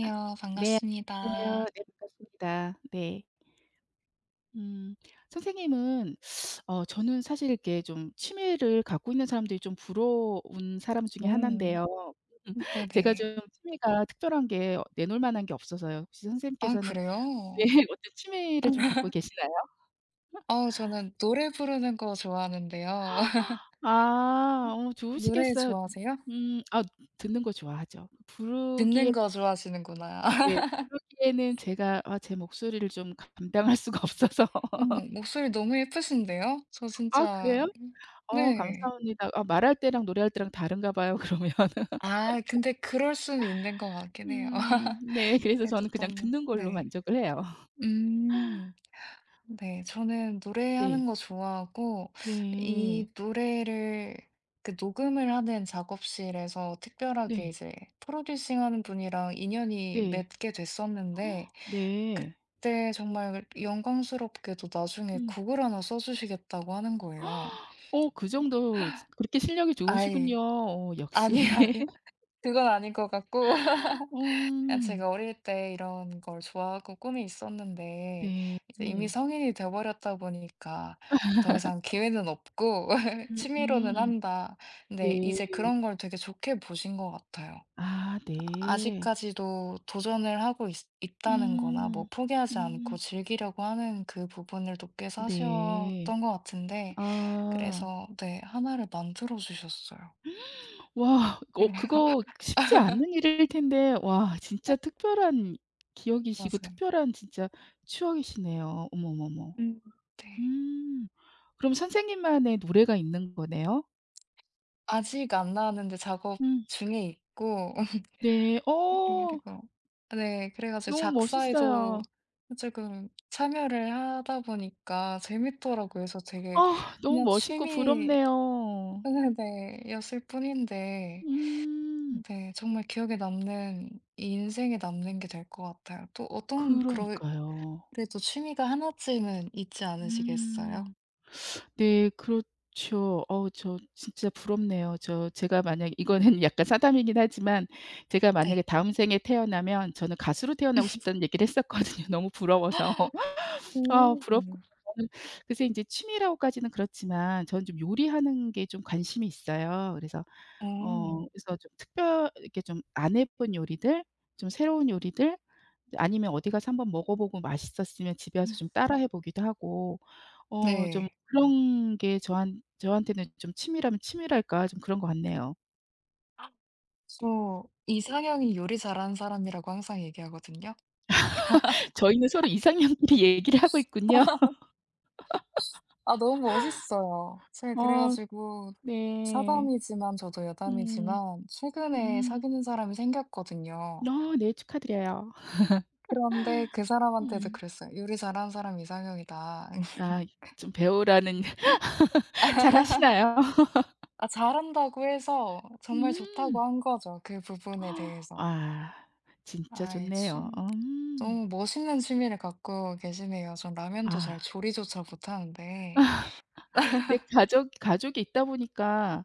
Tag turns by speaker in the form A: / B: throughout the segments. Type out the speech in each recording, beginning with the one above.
A: 아 네.
B: 반갑습니다.
A: 안녕하세요. 네, 반갑습니다. 네. 음 선생님은? 저는 사실 이렇게 좀 취미를 갖고 있는 사람들이 좀 부러운 사람 중에
B: 음.
A: 하나인데요. 음 제가
B: 네네.
A: 좀 취미가 특별한 게 내놓을 만한 게 없어서요. 혹시
B: 아
A: 선생님께서는 네
B: 그래요?
A: 어떤 취미를 좀 갖고 계시나요?
B: 아 저는 노래 부르는 거 좋아하는데요.
A: 아
B: 노래
A: 좋으시겠어요.
B: 좋아하세요?
A: 음 아 듣는 거 좋아하죠.
B: 듣는
A: 부르기에.
B: 거 좋아하시는구나.
A: 네, 부르기에는 제가 제 목소리를 좀 감당할 수가 없어서.
B: 어머 목소리 너무 예쁘신데요? 저
A: 아
B: 진짜
A: 그래요?
B: 네.
A: 감사합니다. 아, 말할 때랑 노래할 때랑 다른가 봐요 그러면.
B: 아 근데 그럴 수는 있는 것 같긴 해요.
A: 음, 네. 그래서
B: 그래도
A: 저는 그냥
B: 좀
A: 듣는 걸로
B: 네.
A: 만족을 해요.
B: 음. 네, 저는 노래하는
A: 네.
B: 거 좋아하고
A: 네.
B: 이 노래를 그 녹음을 하는 작업실에서 특별하게
A: 네.
B: 이제 프로듀싱 하는 분이랑 인연이
A: 네.
B: 맺게 됐었는데,
A: 네.
B: 그때 정말 영광스럽게도 나중에
A: 음.
B: 곡을 하나 써주시겠다고 하는 거예요.
A: 그 정도 스 그렇게 실력이
B: 아이,
A: 좋으시군요. 어 역시.
B: 아니, 아니, 그건 아닌 것 같고, 아,
A: 음.
B: 제가 어릴 때 이런 걸 좋아하고 꿈이 있었는데
A: 네.
B: 이제 이미
A: 네.
B: 성인이 돼버렸다 보니까 더 이상 기회는 없고
A: 음.
B: 취미로는
A: 음.
B: 한다. 근데
A: 네.
B: 이제 그런 걸 되게 좋게 보신 것 같아요.
A: 아
B: 아-
A: 네.
B: 아직까지도 도전을 하고 있다는 거나 뭐
A: 음.
B: 포기하지 않고
A: 음.
B: 즐기려고 하는 그 부분을 높게
A: 네.
B: 사셨던 것 같은데,
A: 아.
B: 그래서 네, 하나를 만들어 주셨어요.
A: 와,
B: 그래서
A: 그거 쉽지 않는 일일 텐데, 와 진짜 특별한 기억이시고
B: 맞아요.
A: 특별한 진짜 추억이시네요. 어머, 머머
B: 음, 네.
A: 음. 그럼 선생님만의 노래가 있는 거네요?
B: 아직 안 나왔는데 작업
A: 음,
B: 중에 있고
A: 네. 어,
B: 그리고 네 그래 가지고
A: 너무
B: 작사에도
A: 멋있어요.
B: 조금 참여를 하다 보니까 재밌더라고요. 그래서 되게
A: 아 너무
B: 그냥
A: 멋있고
B: 취미
A: 부럽네요.
B: 네 였을 뿐인데
A: 음.
B: 네 정말 기억에 남는 이 인생에 남는 게 될 것 같아요. 또 어떤 그러
A: 그러니까요.
B: 그래도 취미가 하나쯤은 있지 않으시겠어요?
A: 음. 네. 그렇죠. 어우 저 진짜 부럽네요. 저, 제가 만약 이거는 약간 사담이긴 하지만 제가 만약에
B: 네.
A: 다음 생에 태어나면 저는 가수로 태어나고 싶다는 얘기를 했었거든요, 너무 부러워서. 아,
B: 오.
A: 부럽고. 저는 글쎄, 이제 취미라고까지는 그렇지만 저는 좀 요리하는 게 좀 관심이 있어요. 그래서
B: 음
A: 그래서 좀 특별 이렇게 좀 안 해본 요리들, 좀 새로운 요리들, 아니면 어디 가서 한번 먹어 보고 맛있었으면 집에 와서 좀 따라 해 보기도 하고 좀
B: 네.
A: 그런 게 저한테는 좀 취미라면 취미랄까, 좀 그런 것 같네요.
B: 저 이상형이 요리 잘하는 사람이라고 항상 얘기하거든요.
A: 저희는 서로 이상형끼리 얘기를 하고 있군요.
B: 아 너무 멋있어요. 제가 그래
A: 어
B: 가지고
A: 네.
B: 사담이지만 저도
A: 음.
B: 여담이지만 최근에
A: 음.
B: 사귀는 사람이 생겼거든요.
A: 어 네. 축하드려요.
B: 그런데 그 사람한테도
A: 음.
B: 그랬어요. "요리 잘하는 사람 이상형이다."
A: 아, 좀 배우라는. 잘하시나요?
B: 아 잘한다고 해서 정말
A: 음.
B: 좋다고 한 거죠, 그 부분에 대해서.
A: 아, 진짜
B: 아이
A: 좋네요.
B: 참
A: 음.
B: 너무 멋있는 취미를 갖고 계시네요. 전 라면도 잘
A: 아
B: 조리조차 못하는데.
A: 근데 가족이 있다 보니까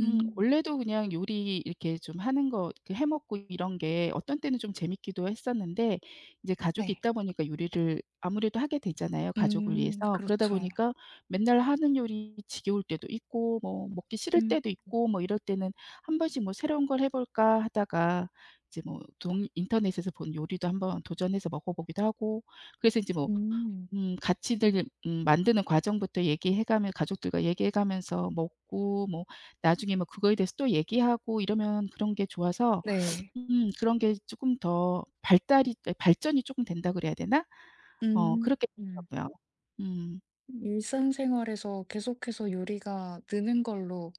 A: 음, 원래도 그냥 요리 이렇게 좀 하는 거, 그 해 먹고 이런 게 어떤 때는 좀 재밌기도 했었는데 이제 가족이
B: 네.
A: 있다 보니까 요리를 아무래도 하게 되잖아요, 가족을 위해서. 그러다
B: 그렇죠.
A: 보니까 맨날 하는 요리 지겨울 때도 있고 뭐 먹기 싫을
B: 음
A: 때도 있고 뭐 이럴 때는 한 번씩 뭐 '새로운 걸 해 볼까.' 하다가 이제 뭐 동 인터넷에서 본 요리도 한번 도전해서 먹어 보기도 하고 그래서 이제뭐
B: 음.
A: 같이들 만드는 과정부터 얘기해 가며 가족들과 얘기해 가면서 먹고 뭐 나중에 뭐 그거에 대해서 또 얘기하고 이러면 그런 게 좋아서
B: 네.
A: 그런 게 조금 더 발달이 예 발전이 조금 된다 그래야 되나?
B: 음
A: 그렇게
B: 음.
A: 되더라고요. 음.
B: 일상생활에서 계속해서 요리가 느는 걸로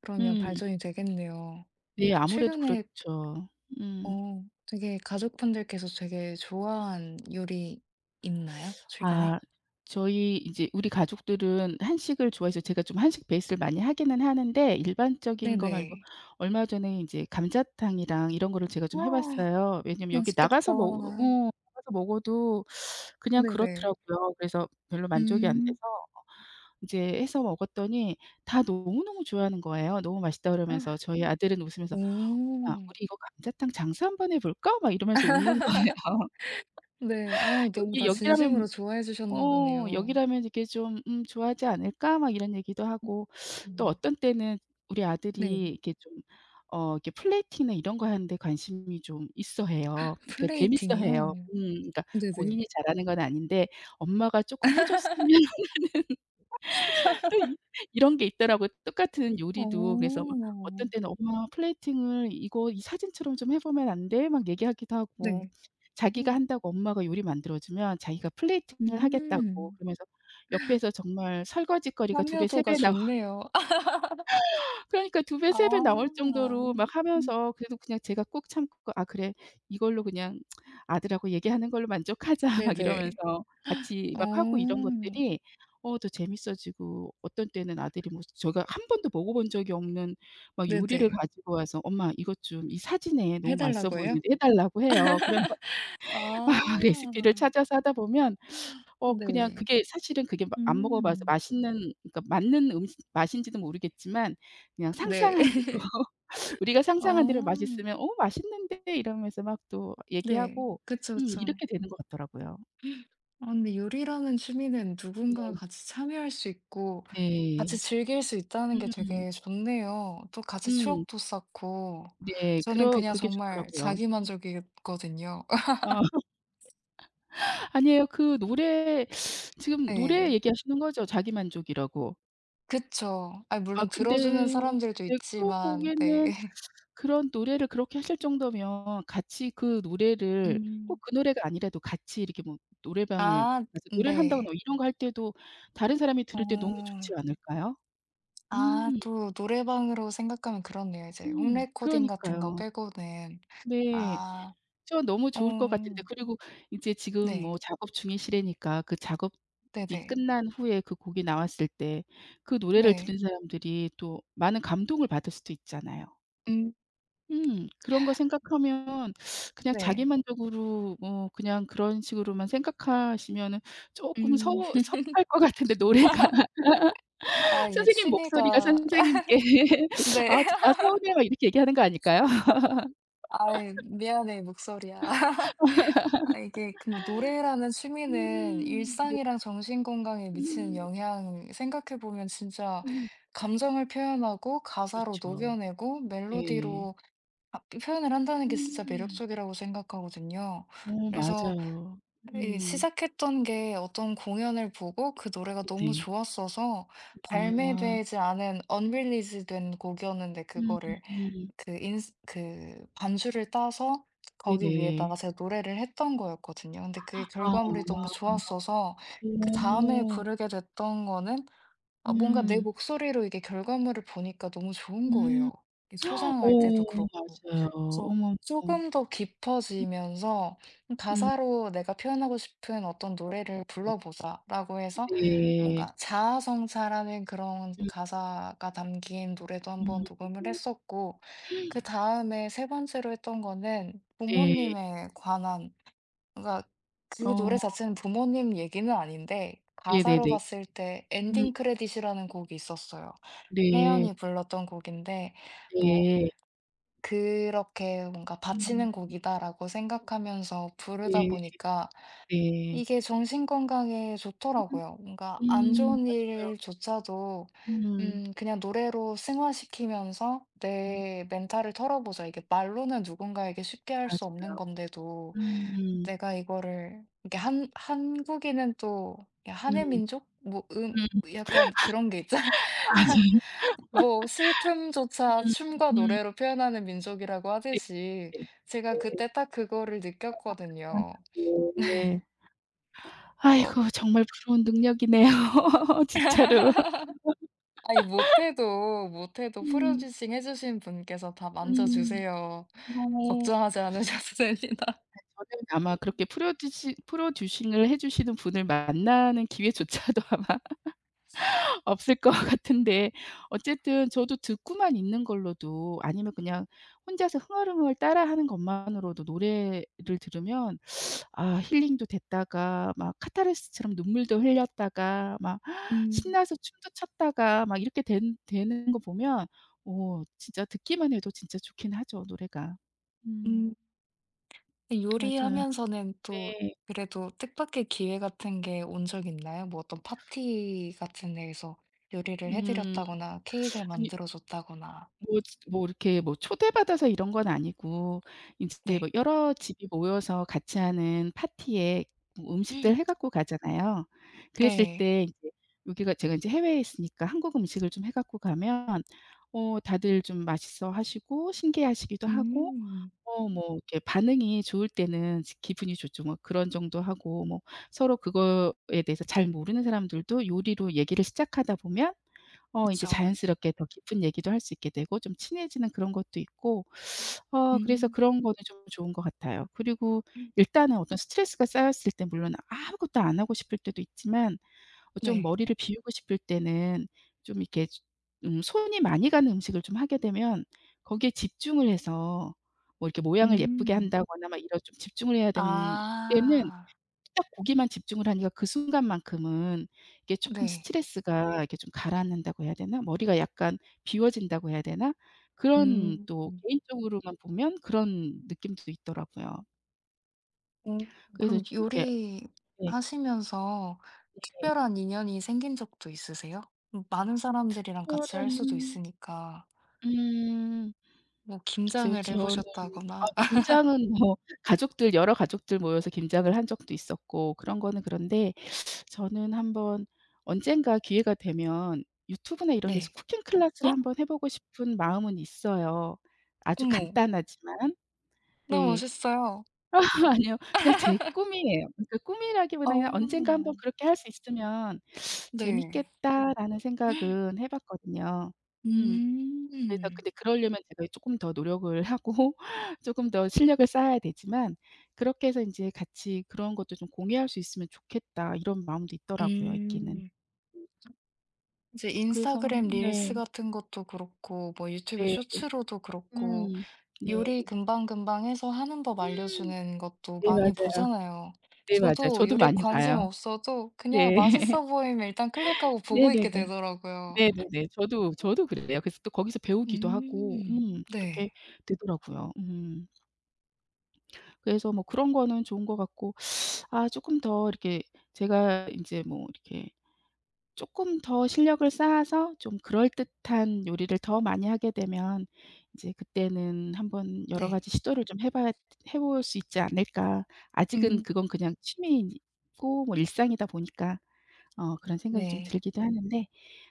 B: 그러면
A: 음.
B: 발전이 되겠네요. 어
A: 네, 아무래도
B: 최근에
A: 그렇죠. 음.
B: 어 되게 가족분들께서 되게 좋아한 요리 있나요? 최근에?
A: 아, 저희 이제 우리 가족들은 한식을 좋아해서 제가 좀 한식 베이스를 많이 하기는 하는데, 일반적인 거 말고
B: 네네.
A: 얼마 전에 이제 감자탕이랑 이런 거를 제가 좀 해
B: 와,
A: 봤어요. 왜냐면 여기
B: 맛있겠다.
A: 나가서 먹어도 그냥
B: 네네.
A: 그렇더라고요. 그래서 별로 만족이 안
B: 음.
A: 돼서 이제 해서 먹었더니 다 너무너무 좋아하는 거예요. 너무 맛있다 그러면서 저희 아들은 웃으면서
B: 오.
A: "엄마 우리 이거 감자탕 장사 한번 해 볼까?" 막 이러면서 웃는 거예요.
B: 네. 아 너무
A: "여기
B: 다 진심으로
A: 여기라면
B: 좋아해 주셨나
A: 어
B: 보네요.
A: "여기라면 이게 좀 좋아하지 않을까?" 막 이런 얘기도 하고 또
B: 음.
A: 어떤 때는 우리
B: 네.
A: 아들이 이렇게 좀 이렇게 플레이팅이나 이런 거 하는데 관심이 좀 있어 해요. 그러니까 재밌어 해요.
B: 플레이팅이요?
A: 그러니까
B: 네네.
A: 본인이 잘하는 건 아닌데 엄마가 조금 해 줬으면 또 이 이런 게 있더라고요. 똑같은 요리도 그래서 막 어떤
B: 어.
A: 때는 "엄마 플레이팅을 이거 이 사진처럼 좀 해 보면 안 돼?" 막 얘기하기도 하고
B: 네.
A: 자기가 한다고 엄마가 요리 만들어 주면 자기가 플레이팅을 하겠다고
B: 음.
A: 그러면서 옆에서 정말 설거짓거리가 두 배 세
B: 참여도가
A: 배 나오는.
B: 좋네요.
A: 그러니까 두 배 세 배 나올
B: 아.
A: 정도로 막
B: 음.
A: 하면서 그래도 그냥 제가 꾹 참고 '아 그래. 이걸로 그냥 아들하고 얘기하는 걸로 만족하자.' 막
B: 네네.
A: 이러면서 같이 막
B: 어.
A: 하고 이런 것들이 더 재밌어지고, 어떤 때는 아들이 뭐 제가 한 번도 먹어 본 적이 없는 막 요리를
B: 네네.
A: 가지고 와서 "엄마 이것 좀 이 사진에
B: 해
A: 너무 맛있어
B: 달라고 해요?
A: 보이는데 해 달라고." 해요. 그런 막 레시피를
B: 아.
A: 찾아서 하다 보면 그냥
B: 네.
A: 그게 사실은 그게 마 안 먹어 봐서
B: 음.
A: 맛있는, 그러니까 맞는 음식 맛인지도 모르겠지만 그냥
B: 네.
A: 상상한 대로 우리가
B: 어.
A: 상상한 대로 맛있으면 "어 맛있는데." 이러면서 막 또
B: 네.
A: 얘기하고
B: 그쵸, 그쵸.
A: 이렇게 되는 것 같더라고요.
B: 아 근데 요리라는 취미는 누군가
A: 네.
B: 같이 참여할 수 있고 같이
A: 네.
B: 즐길 수 있다는 게
A: 음.
B: 되게 좋네요. 또 같이
A: 음.
B: 추억도 쌓고.
A: 네.
B: 저는
A: 그러
B: 그냥
A: 그게
B: 정말
A: 좋더라고요.
B: 자기만족이거든요.
A: 어 아니에요. 그 노래, 지금 노래
B: 네.
A: 얘기하시는 거죠? 자기만족이라고.
B: 그쵸. 아
A: 아
B: 물론
A: 근데
B: 들어주는 사람들도
A: 제가
B: 있지만 네.
A: 보기에는 그런 노래를 그렇게 하실 정도면 같이 그 노래를,
B: 음.
A: 꼭 그 노래가 아니라도 같이 이렇게 뭐 노래방을
B: 아
A: 가서 노래를 한다거나
B: 네.
A: 뭐 이런 거 할 때도 다른 사람이 들을 때 너무
B: 어.
A: 좋지 않을까요?
B: 아
A: 음.
B: 또 노래방으로 생각하면 그렇네요. 이제
A: 음.
B: 홈레코딩 같은 거
A: 그러니까요.
B: 빼고는.
A: 네.
B: 아.
A: 저 너무
B: 어.
A: 좋을 것 같은데, 그리고 이제 지금
B: 네.
A: 뭐 작업 중이시라니까 그 작업이
B: 네네.
A: 끝난 후에 그 곡이 나왔을 때 그 노래를
B: 네.
A: 들은 사람들이 또 많은 감동을 받을 수도 있잖아요.
B: 음.
A: 음. 그런 거 생각하면 그냥
B: 네.
A: 자기만족으로 뭐 그냥 그런 식으로만 생각하시면은 조금
B: 음.
A: 서우 섭할 것 같은데, 노래가
B: 아 이게
A: 선생님 목소리가
B: 취미가
A: 선생님께
B: 네.
A: "아 나 서운해." 막 이렇게 얘기하는 거 아닐까요?
B: 아이 미안해 목소리야. 아 이게 근데 노래라는 취미는
A: 음. 네.
B: 일상이랑 정신 건강에 미치는
A: 음.
B: 영향 생각해 보면 진짜
A: 음.
B: 감정을 표현하고 가사로
A: 그렇죠.
B: 녹여내고
A: 네.
B: 멜로디로 아 표현을 한다는 게 진짜
A: 음.
B: 매력적이라고 생각하거든요.
A: 어
B: 그래서
A: 맞아요.
B: 예
A: 음.
B: 시작했던 게 어떤 공연을 보고 그 노래가 너무
A: 네네.
B: 좋았어서
A: 아.
B: 발매되지 않은 unreleased 된 곡이었는데,
A: 음.
B: 그거를
A: 음,
B: 그 인 그 반주를 따서 거기 위에다가
A: 네네.
B: 제가 노래를 했던 거였거든요. 근데 그게
A: 아.
B: 결과물이 너무 좋았어서 그다음에
A: 오.
B: 부르게 됐던 거는 아 뭔가 내
A: 음.
B: 목소리로 이게 결과물을 보니까 너무 좋은
A: 음.
B: 거예요. 이 소장할 때도
A: 어
B: 그렇고.
A: 맞아요.
B: 그래서
A: 어머머.
B: 조금 더 깊어지면서
A: 음
B: '가사로 내가 표현하고 싶은 어떤 노래를 불러보자.'라고 해서 뭔가
A: 네.
B: 자아성찰하는 그런
A: 음
B: 가사가 담긴 노래도 한번
A: 음.
B: 녹음을 했었고, 그다음에 세 번째로 했던 거는
A: 네.
B: 부모님에 관한 뭔가 그 노래
A: 어
B: 자체는 부모님 얘기는 아닌데 가사로
A: 네네네.
B: 봤을 때
A: 음
B: 엔딩 크레딧이라는 곡이 있었어요.
A: 네.
B: 혜연이 불렀던 곡인데 뭐
A: 네.
B: 그렇게 뭔가 '바치는
A: 음
B: 곡이다.'라고 생각하면서 부르다
A: 네
B: 보니까
A: 네.
B: 이게 정신 건강에
A: 음
B: 좋더라고요. 뭔가 안 좋은
A: 맞아요.
B: 일조차도
A: 음.
B: 그냥 노래로 승화시키면서
A: 음
B: 내 멘탈을 털어보자. 이게 말로는 누군가에게 쉽게 할 수 없는
A: 맞아요.
B: 건데도
A: 음.
B: 내가 이거를 이게 한 한국인은 또 야 한의
A: 음.
B: 민족 뭐 약간 그런 게 있잖아.
A: 맞아요.
B: 뭐
A: 음
B: 슬픔조차 춤과
A: 음
B: 노래로 표현하는 민족이라고
A: 네.
B: 하듯이
A: 네.
B: 제가 그때 딱 그거를 느꼈거든요.
A: 네. 네.
B: 어
A: 아이고 정말 부러운 능력이네요 진짜로.
B: 아니 못해도, 못해도
A: 음.
B: 프로듀싱 해 주신 분께서 다 만져
A: 음.
B: 주세요.
A: 어.
B: 걱정하지 않으셔도 됩니다.
A: 저는 아마 그렇게 프로듀시 프로듀싱을 해 주시는 분을 만나는 기회조차도 아마 없을 것 같은데 어쨌든 저도 듣고만 있는 걸로도 아니면 그냥 혼자서 흥얼흥얼 따라하는 것만으로도 노래를 들으면 아 힐링도 됐다가 막 카타르시스처럼 눈물도 흘렸다가 막
B: 음.
A: 신나서 춤도 췄다가 막 이렇게 된 되는 거 보면 진짜 듣기만 해도 진짜 좋긴 하죠, 노래가. 음
B: 음.
A: 맞아요.
B: 요리하면서는 또
A: 네.
B: 그래도 뜻밖의 기회 같은 게 온 적 있나요? 뭐 어떤 파티 같은 데에서 요리를 해
A: 음.
B: 드렸다거나 케이크를
A: 아니,
B: 만들어 줬다거나.
A: 뭐 지 뭐 이렇게 뭐 초대받아서 이런 건 아니고 인제 뭐
B: 네.
A: 여러 집이 모여서 같이 하는 파티에 뭐 음식들 해 갖고 가잖아요. 그랬을
B: 네.
A: 때 인제 여기가 제가 인제 해외에 있으니까 한국 음식을 좀 해 갖고 가면 다들 좀 맛있어 하시고 신기해하시기도 하고
B: 음.
A: 뭐 이렇게 반응이 좋을 때는 지 기분이 좋죠. 뭐 그런 정도 하고, 뭐 서로 그거에 대해서 잘 모르는 사람들도 요리로 얘기를 시작하다 보면 이제
B: 그쵸.
A: 자연스럽게 더 깊은 얘기도 할 수 있게 되고 좀 친해지는 그런 것도 있고 그래서
B: 음.
A: 그런 거는 좀 좋은 것 같아요. 그리고
B: 음.
A: 일단은 어떤 스트레스가 쌓였을 때 물론 아무것도 안 하고 싶을 때도 있지만 좀
B: 네.
A: 머리를 비우고 싶을 때는 좀 이렇게 손이 많이 가는 음식을 좀 하게 되면 거기에 집중을 해서 뭐 이렇게 모양을 예쁘게
B: 음.
A: 한다거나 막 이런 좀 집중을 해야 되는 때는
B: 아.
A: 딱 고기만 집중을 하니까 그 순간만큼은 이게 쪼끔
B: 네.
A: 스트레스가 이렇게 좀 가라앉는다고 해야 되나? 머리가 약간 비워진다고 해야 되나? 그런
B: 음.
A: 또 개인적으로만 보면 그런 느낌도 있더라고요.
B: 오,
A: 그래서
B: 그럼
A: 좀 이렇게. 예.
B: 요리하시면서
A: 예.
B: 특별한 인연이 생긴 적도 있으세요? 많은 사람들이랑 같이 할 수도
A: 특별한.
B: 있으니까.
A: 음
B: 뭐
A: 글쎄요.
B: 김장을 해
A: 저는
B: 보셨다거나
A: 아, 김장은 뭐 가족들, 여러 가족들 모여서 김장을 한 적도 있었고 그런 거는. 그런데 저는 한번, 언젠가 기회가 되면 유튜브나 이런 데서
B: 네.
A: 쿠킹 클래스를
B: 헉!
A: 한번 해 보고 싶은 마음은 있어요. 아주
B: 어머
A: 간단하지만.
B: 너무
A: 네.
B: 멋있어요.
A: 아니요. 그냥 제 꿈이에요. 그러니까
B: 어.
A: 꿈이라기보다는 그냥 '언젠가 한번 그렇게 할 수 있으면
B: 네.
A: 재밌겠다.'라는 생각은 해 봤거든요. 음. 그래서
B: 음.
A: 근데 그러려면 제가 쪼끔 더 노력을 하고 쪼금 더 실력을 쌓아야 되지만 그렇게 해서 인제 같이 '그런 것도 좀 공유할 수 있으면 좋겠다.' 이런 마음도 있더라고요, 있기는.
B: 음. 이제
A: 그래서
B: 인스타그램 릴스
A: 네.
B: 같은 것도 그렇고 뭐 유튜브
A: 네.
B: 쇼츠로도 그렇고
A: 음. 네.
B: 요리 금방금방 해서 하는 법
A: 음.
B: 알려주는 것도
A: 네
B: 많이
A: 맞아요.
B: 보잖아요.
A: 네 맞아요.
B: 저도
A: 저도
B: 요리에
A: 많이
B: 관심
A: 봐요.
B: 없어도 그냥
A: 네.
B: 맛있어 보이면 일단 클릭하고 보고
A: 네네네.
B: 있게 되더라고요.
A: 네네네. 저도, 저도 그래요. 그래서 또 거기서 배우기도 하고
B: 음.
A: 그렇게
B: 네.
A: 되더라고요. 음. 그래서 뭐 그런 거는 좋은 것 같고 아 쪼끔 더 이렇게 제가 인제 뭐 이렇게 조금 더 실력을 쌓아서 좀 그럴듯한 요리를 더 많이 하게 되면 이제 그때는 한번 여러
B: 네.
A: 가지 시도를 좀 해 봐야 해 볼 수 있지 않을까. 아직은
B: 음.
A: 그건 그냥 취미이고 뭐 일상이다 보니까 그런 생각이 좀
B: 네.
A: 들기도 하는데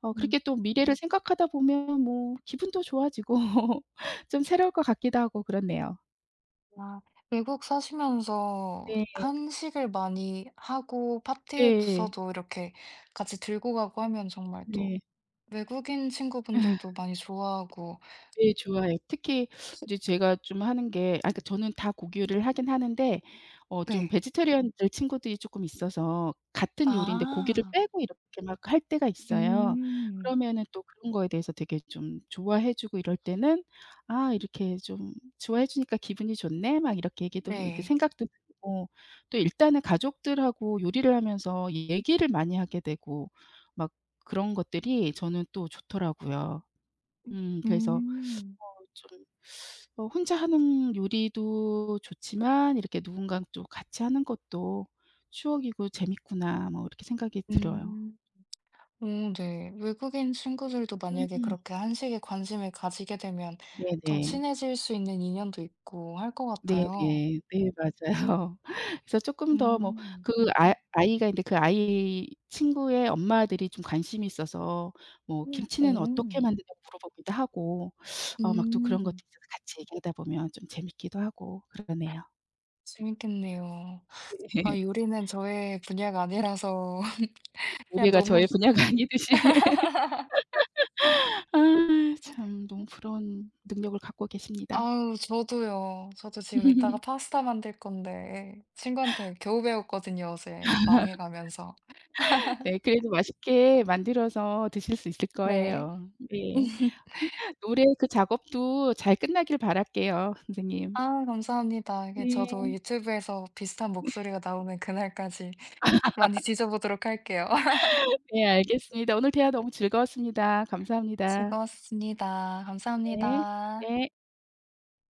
B: 음.
A: 그렇게 또 미래를 생각하다 보면 뭐 기분도 좋아지고 좀 새로울 것 같기도 하고 그렇네요.
B: 아, 외국 사시면서
A: 네.
B: 한식을 많이 하고
A: 네.
B: 파티에서도 이렇게 같이 들고 가고 하면 정말 또
A: 네.
B: 외국인 친구분들도 많이 좋아하고
A: 네 좋아해요. 특히
B: 시-
A: 이제 제가 좀 하는 게 아, 그러니까 저는 다 고기를 하긴 하는데 좀
B: 네.
A: 베지테리언들 친구들이 쪼끔 있어서 같은 요리인데 고기를
B: 아.
A: 빼고 이렇게 막 할 때가 있어요.
B: 음.
A: 그러면은 또 그런 거에 대해서 되게 좀 좋아해 주고 이럴 때는 '아 이렇게 좀 좋아해 주니까 기분이 좋네.' 막 이렇게 얘기도, 이렇게
B: 네.
A: 생각도 들고, 또 일단은 가족들하고 요리를 하면서 얘기를 많이 하게 되고 막 그런 것들이 저는 또 좋더라고요. 그래서
B: 음.
A: 어 좀 혼자 하는 요리도 좋지만 이렇게 누군가랑 또 같이 하는 것도 '추억이고 재밌구나.' 뭐 이렇게 생각이 들어요.
B: 음. 오, 네. 외국인 친구들도 만약에
A: 음.
B: 그렇게 한식에 관심을 가지게 되면 더
A: 네네.
B: 친해질 수 있는 인연도 있고 할 것
A: 네네.
B: 같아요.
A: 네 맞아요. 그래서 쪼끔 더 뭐
B: 음.
A: 그, 아 아이가 인제 그 아이 친구의 엄마들이 좀 관심이 있어서 뭐
B: 오.
A: 김치는 어떻게 만드냐고 물어보기도 하고 막 또 그런 것도
B: 음.
A: 있어서 같이 얘기하다 보면 좀 재밌기도 하고 그러네요.
B: 재밌겠네요.
A: 네.
B: 아 요리는 저의 분야가 아니라서 그냥
A: 요리가
B: 너무
A: 저의 분야가 아니듯이. 아 참, 너무 부러운 능력을 갖고 계십니다.
B: 아우 저도요. 저도 지금 이따가 파스타 만들 건데 친구한테 겨우 배웠거든요, 어제 망해 가면서.
A: 네, 그래도 맛있게 만들어서 드실 수 있을
B: 네.
A: 거예요. 네. 노래 그 작업도 잘 끝나길 바랄게요, 선생님.
B: 아 감사합니다. 이게 저도
A: 네.
B: 유튜브에서 비슷한 목소리가 나오는 그날까지 많이 뒤져보도록 할게요.
A: 네 알겠습니다. 오늘 대화 너무 즐거웠습니다. 감사합니다.
B: 즐거웠습니다.
A: 네.
B: 감사합니다.
A: 네.